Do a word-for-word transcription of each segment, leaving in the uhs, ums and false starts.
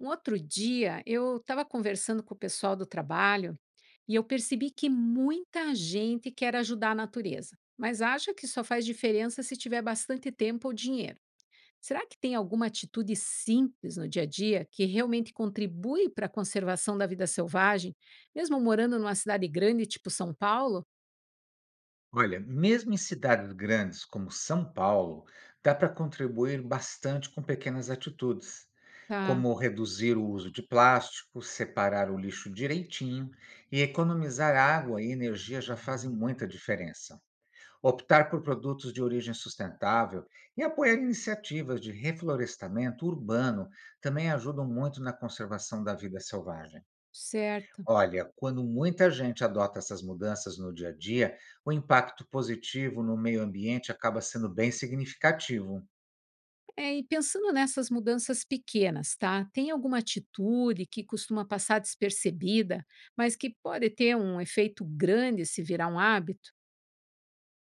Um outro dia, eu estava conversando com o pessoal do trabalho e eu percebi que muita gente quer ajudar a natureza, mas acha que só faz diferença se tiver bastante tempo ou dinheiro. Será que tem alguma atitude simples no dia a dia que realmente contribui para a conservação da vida selvagem, mesmo morando numa cidade grande tipo São Paulo? Olha, mesmo em cidades grandes como São Paulo, dá para contribuir bastante com pequenas atitudes, Tá, como reduzir o uso de plástico, separar o lixo direitinho e economizar água e energia já fazem muita diferença. Optar por produtos de origem sustentável e apoiar iniciativas de reflorestamento urbano também ajudam muito na conservação da vida selvagem. certo. Olha, quando muita gente adota essas mudanças no dia a dia, o impacto positivo no meio ambiente acaba sendo bem significativo. É, e pensando nessas mudanças pequenas, tá? Tem alguma atitude que costuma passar despercebida, mas que pode ter um efeito grande se virar um hábito?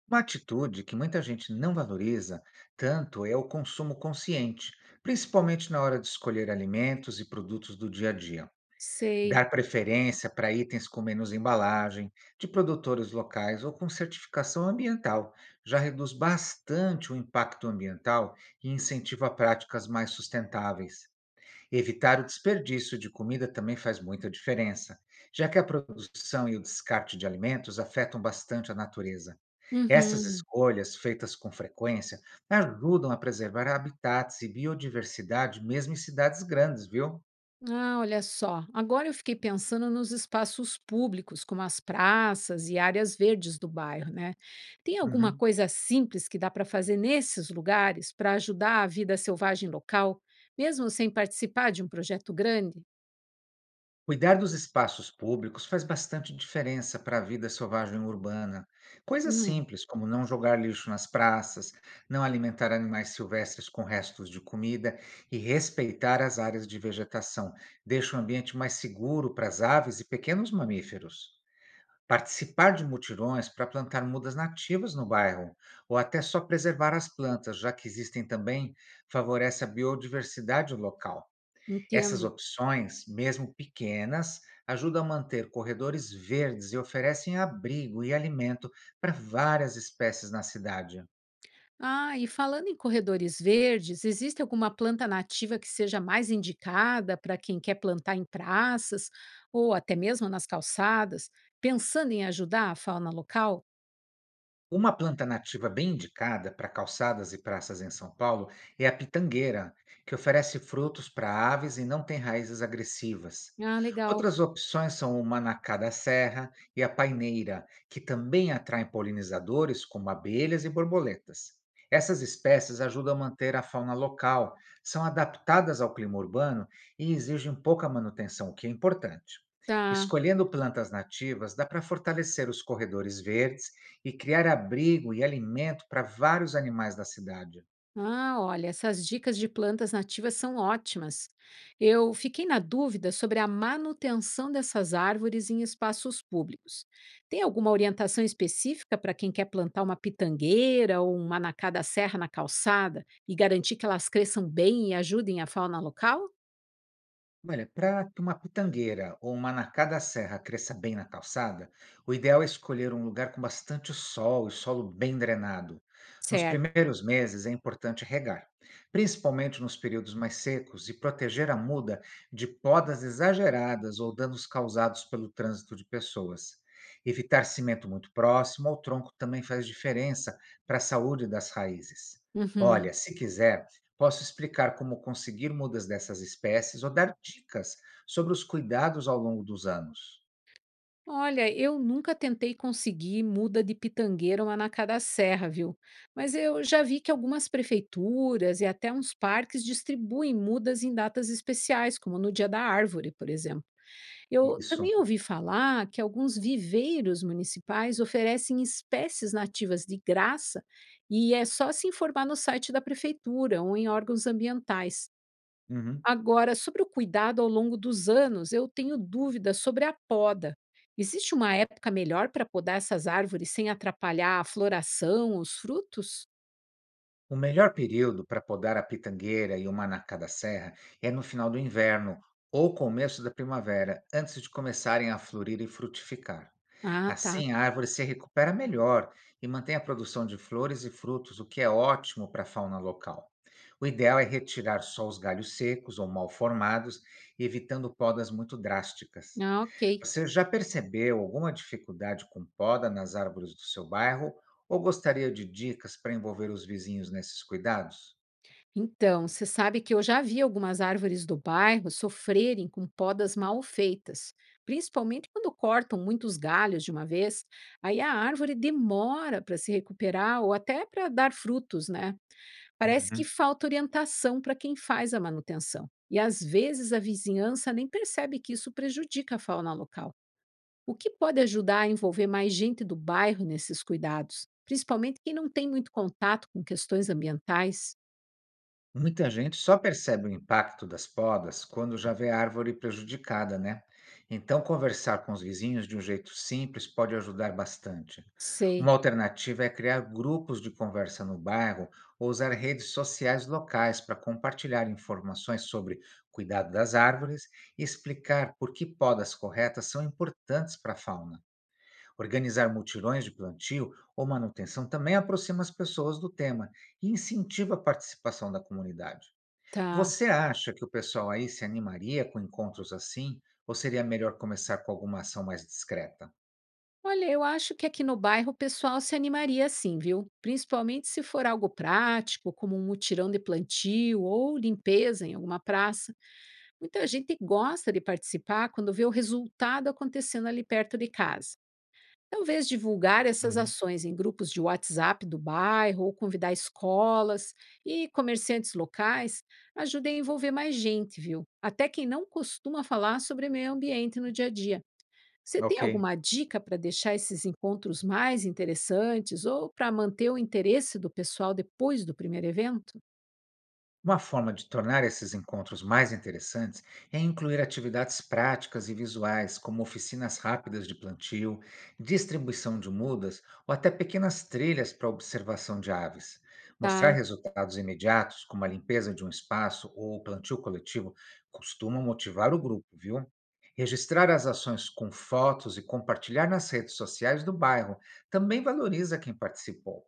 Uma atitude que muita gente não valoriza tanto é o consumo consciente, principalmente na hora de escolher alimentos e produtos do dia a dia. Sei. Dar preferência para itens com menos embalagem, de produtores locais ou com certificação ambiental já reduz bastante o impacto ambiental e incentiva práticas mais sustentáveis. Evitar o desperdício de comida também faz muita diferença, já que a produção e o descarte de alimentos afetam bastante a natureza. Essas Uhum. escolhas, feitas com frequência, ajudam a preservar habitats e biodiversidade, mesmo em cidades grandes, viu? Ah, olha só. Agora eu fiquei pensando nos espaços públicos, como as praças e áreas verdes do bairro, né? Tem alguma Uhum. coisa simples que dá para fazer nesses lugares para ajudar a vida selvagem local, mesmo sem participar de um projeto grande? Cuidar dos espaços públicos faz bastante diferença para a vida selvagem urbana. Coisas Hum, simples, como não jogar lixo nas praças, não alimentar animais silvestres com restos de comida e respeitar as áreas de vegetação, deixa o ambiente mais seguro para as aves e pequenos mamíferos. Participar de mutirões para plantar mudas nativas no bairro, ou até só preservar as plantas, já que existem também, favorece a biodiversidade local. Essas entendo. opções, mesmo pequenas, ajudam a manter corredores verdes e oferecem abrigo e alimento para várias espécies na cidade. Ah, e falando em corredores verdes, existe alguma planta nativa que seja mais indicada para quem quer plantar em praças ou até mesmo nas calçadas, pensando em ajudar a fauna local? Uma planta nativa bem indicada para calçadas e praças em São Paulo é a pitangueira, que oferece frutos para aves e não tem raízes agressivas. Ah, legal. Outras opções são o manacá da serra e a paineira, que também atraem polinizadores como abelhas e borboletas. Essas espécies ajudam a manter a fauna local, são adaptadas ao clima urbano e exigem pouca manutenção, o que é importante. Tá. Escolhendo plantas nativas, dá para fortalecer os corredores verdes e criar abrigo e alimento para vários animais da cidade. Ah, olha, essas dicas de plantas nativas são ótimas. Eu fiquei na dúvida sobre a manutenção dessas árvores em espaços públicos. Tem alguma orientação específica para quem quer plantar uma pitangueira ou um manacá da serra na calçada e garantir que elas cresçam bem e ajudem a fauna local? Olha, para que uma pitangueira ou uma manacá da serra cresça bem na calçada, o ideal é escolher um lugar com bastante sol e solo bem drenado. Nos Certo. primeiros meses é importante regar, principalmente nos períodos mais secos, e proteger a muda de podas exageradas ou danos causados pelo trânsito de pessoas. Evitar cimento muito próximo ao tronco também faz diferença para a saúde das raízes. Uhum. Olha, se quiser. Posso explicar como conseguir mudas dessas espécies ou dar dicas sobre os cuidados ao longo dos anos. Olha, eu nunca tentei conseguir muda de pitangueira uma na cada serra, viu? Mas eu já vi que algumas prefeituras e até uns parques distribuem mudas em datas especiais, como no Dia da Árvore, por exemplo. Eu Isso. também ouvi falar que alguns viveiros municipais oferecem espécies nativas de graça e é só se informar no site da prefeitura ou em órgãos ambientais. Uhum. Agora, sobre o cuidado ao longo dos anos, eu tenho dúvidas sobre a poda. Existe uma época melhor para podar essas árvores sem atrapalhar a floração, os frutos? O melhor período para podar a pitangueira e o manacá da serra é no final do inverno ou começo da primavera, antes de começarem a florir e frutificar. Ah, tá. Assim, a árvore se recupera melhor e mantém a produção de flores e frutos, o que é ótimo para a fauna local. O ideal é retirar só os galhos secos ou mal formados, evitando podas muito drásticas. Ah, ok. Você já percebeu alguma dificuldade com poda nas árvores do seu bairro ou gostaria de dicas para envolver os vizinhos nesses cuidados? Então, você sabe que eu já vi algumas árvores do bairro sofrerem com podas mal feitas, principalmente quando cortam muitos galhos de uma vez. Aí a árvore demora para se recuperar ou até para dar frutos, né? Parece que falta orientação para quem faz a manutenção. E às vezes a vizinhança nem percebe que isso prejudica a fauna local. O que pode ajudar a envolver mais gente do bairro nesses cuidados, principalmente quem não tem muito contato com questões ambientais? Muita gente só percebe o impacto das podas quando já vê a árvore prejudicada, né? Então, conversar com os vizinhos de um jeito simples pode ajudar bastante. Sei, Uma alternativa é criar grupos de conversa no bairro ou usar redes sociais locais para compartilhar informações sobre cuidado das árvores e explicar por que podas corretas são importantes para a fauna. Organizar mutirões de plantio ou manutenção também aproxima as pessoas do tema e incentiva a participação da comunidade. tá. Você acha que o pessoal aí se animaria com encontros assim, ou seria melhor começar com alguma ação mais discreta? Olha, eu acho que aqui no bairro o pessoal se animaria sim, viu? Principalmente se for algo prático, como um mutirão de plantio ou limpeza em alguma praça. Muita gente gosta de participar quando vê o resultado acontecendo ali perto de casa. Talvez divulgar essas Uhum. ações em grupos de WhatsApp do bairro ou convidar escolas e comerciantes locais ajude a envolver mais gente, viu? Até quem não costuma falar sobre meio ambiente no dia a dia. Você tem Ok. alguma dica para deixar esses encontros mais interessantes ou para manter o interesse do pessoal depois do primeiro evento? Uma forma de tornar esses encontros mais interessantes é incluir atividades práticas e visuais, como oficinas rápidas de plantio, distribuição de mudas ou até pequenas trilhas para observação de aves. Mostrar Tá, resultados imediatos, como a limpeza de um espaço ou o plantio coletivo, costuma motivar o grupo, viu? Registrar as ações com fotos e compartilhar nas redes sociais do bairro também valoriza quem participou.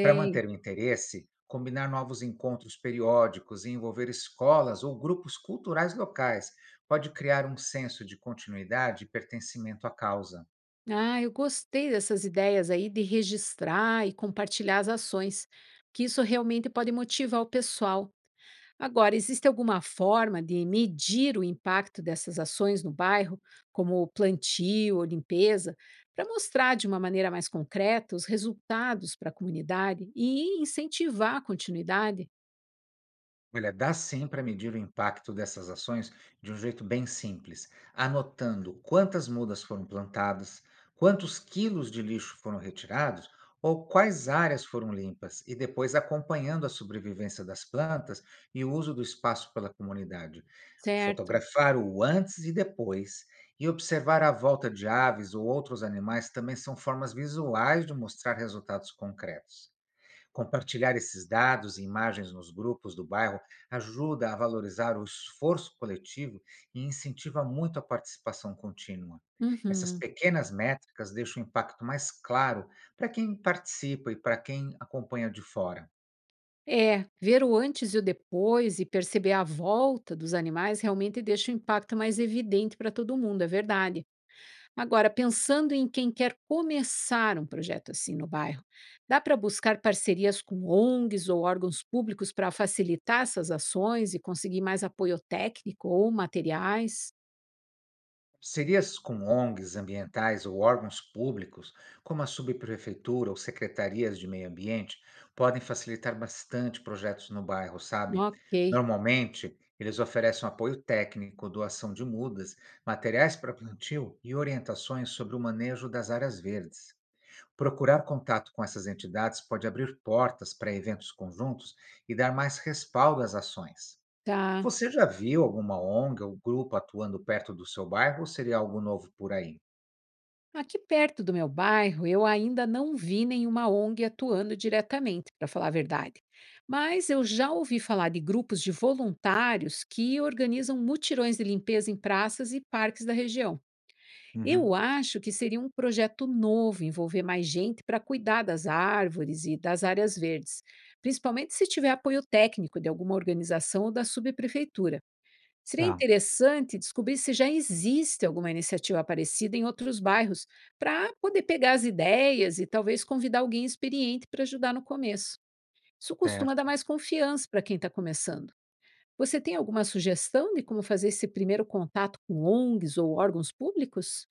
Para manter o interesse, combinar novos encontros periódicos e envolver escolas ou grupos culturais locais pode criar um senso de continuidade e pertencimento à causa. Ah, eu gostei dessas ideias aí de registrar e compartilhar as ações, que isso realmente pode motivar o pessoal. Agora, existe alguma forma de medir o impacto dessas ações no bairro, como plantio ou limpeza, para mostrar de uma maneira mais concreta os resultados para a comunidade e incentivar a continuidade? Olha, dá sim para medir o impacto dessas ações de um jeito bem simples, anotando quantas mudas foram plantadas, quantos quilos de lixo foram retirados ou quais áreas foram limpas, e depois acompanhando a sobrevivência das plantas e o uso do espaço pela comunidade. Certo. Fotografar o antes e depois e observar a volta de aves ou outros animais também são formas visuais de mostrar resultados concretos. Compartilhar esses dados e imagens nos grupos do bairro ajuda a valorizar o esforço coletivo e incentiva muito a participação contínua. Essas Uhum. pequenas métricas deixam o impacto mais claro para quem participa e para quem acompanha de fora. É, ver o antes e o depois e perceber a volta dos animais realmente deixa o impacto mais evidente para todo mundo, é verdade. Agora, pensando em quem quer começar um projeto assim no bairro, dá para buscar parcerias com ONGs ou órgãos públicos para facilitar essas ações e conseguir mais apoio técnico ou materiais? Parcerias com O N Gs ambientais ou órgãos públicos, como a subprefeitura ou secretarias de meio ambiente, podem facilitar bastante projetos no bairro, sabe? Ok, Normalmente, eles oferecem um apoio técnico, doação de mudas, materiais para plantio e orientações sobre o manejo das áreas verdes. Procurar contato com essas entidades pode abrir portas para eventos conjuntos e dar mais respaldo às ações. tá. Você já viu alguma O N G ou grupo atuando perto do seu bairro ou seria algo novo por aí? Aqui perto do meu bairro, eu ainda não vi nenhuma ONG atuando diretamente, para falar a verdade. Mas eu já ouvi falar de grupos de voluntários que organizam mutirões de limpeza em praças e parques da região. Eu Uhum. acho que seria um projeto novo envolver mais gente para cuidar das árvores e das áreas verdes, principalmente se tiver apoio técnico de alguma organização ou da subprefeitura. Seria Tá, interessante descobrir se já existe alguma iniciativa parecida em outros bairros, para poder pegar as ideias e talvez convidar alguém experiente para ajudar no começo. Isso costuma dar certo. mais confiança para quem está começando. Você tem alguma sugestão de como fazer esse primeiro contato com ONGs ou órgãos públicos?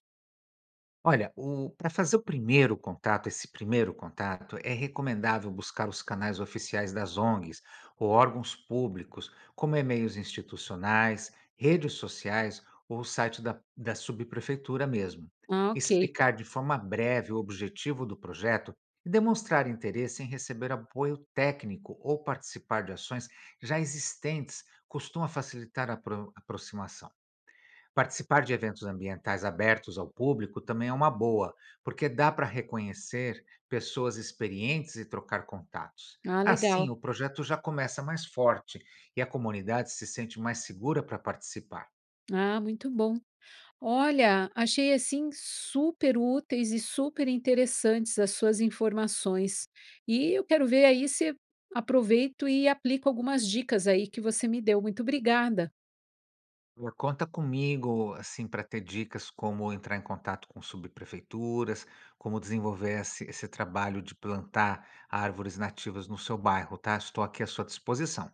Olha, para fazer o primeiro contato, esse primeiro contato, é recomendável buscar os canais oficiais das O N Gs ou órgãos públicos, como e-mails institucionais, redes sociais ou o site da, da subprefeitura mesmo. Ah, ok. Explicar de forma breve o objetivo do projeto e demonstrar interesse em receber apoio técnico ou participar de ações já existentes costuma facilitar a apro- aproximação. Participar de eventos ambientais abertos ao público também é uma boa, porque dá para reconhecer pessoas experientes e trocar contatos. Ah, legal. Assim, o projeto já começa mais forte e a comunidade se sente mais segura para participar. Ah, muito bom. Olha, achei assim super úteis e super interessantes as suas informações. E eu quero ver aí se aproveito e aplico algumas dicas aí que você me deu. Muito obrigada. Eh, Conta comigo, assim, para ter dicas como entrar em contato com subprefeituras, como desenvolver esse, esse trabalho de plantar árvores nativas no seu bairro, tá? Estou aqui à sua disposição.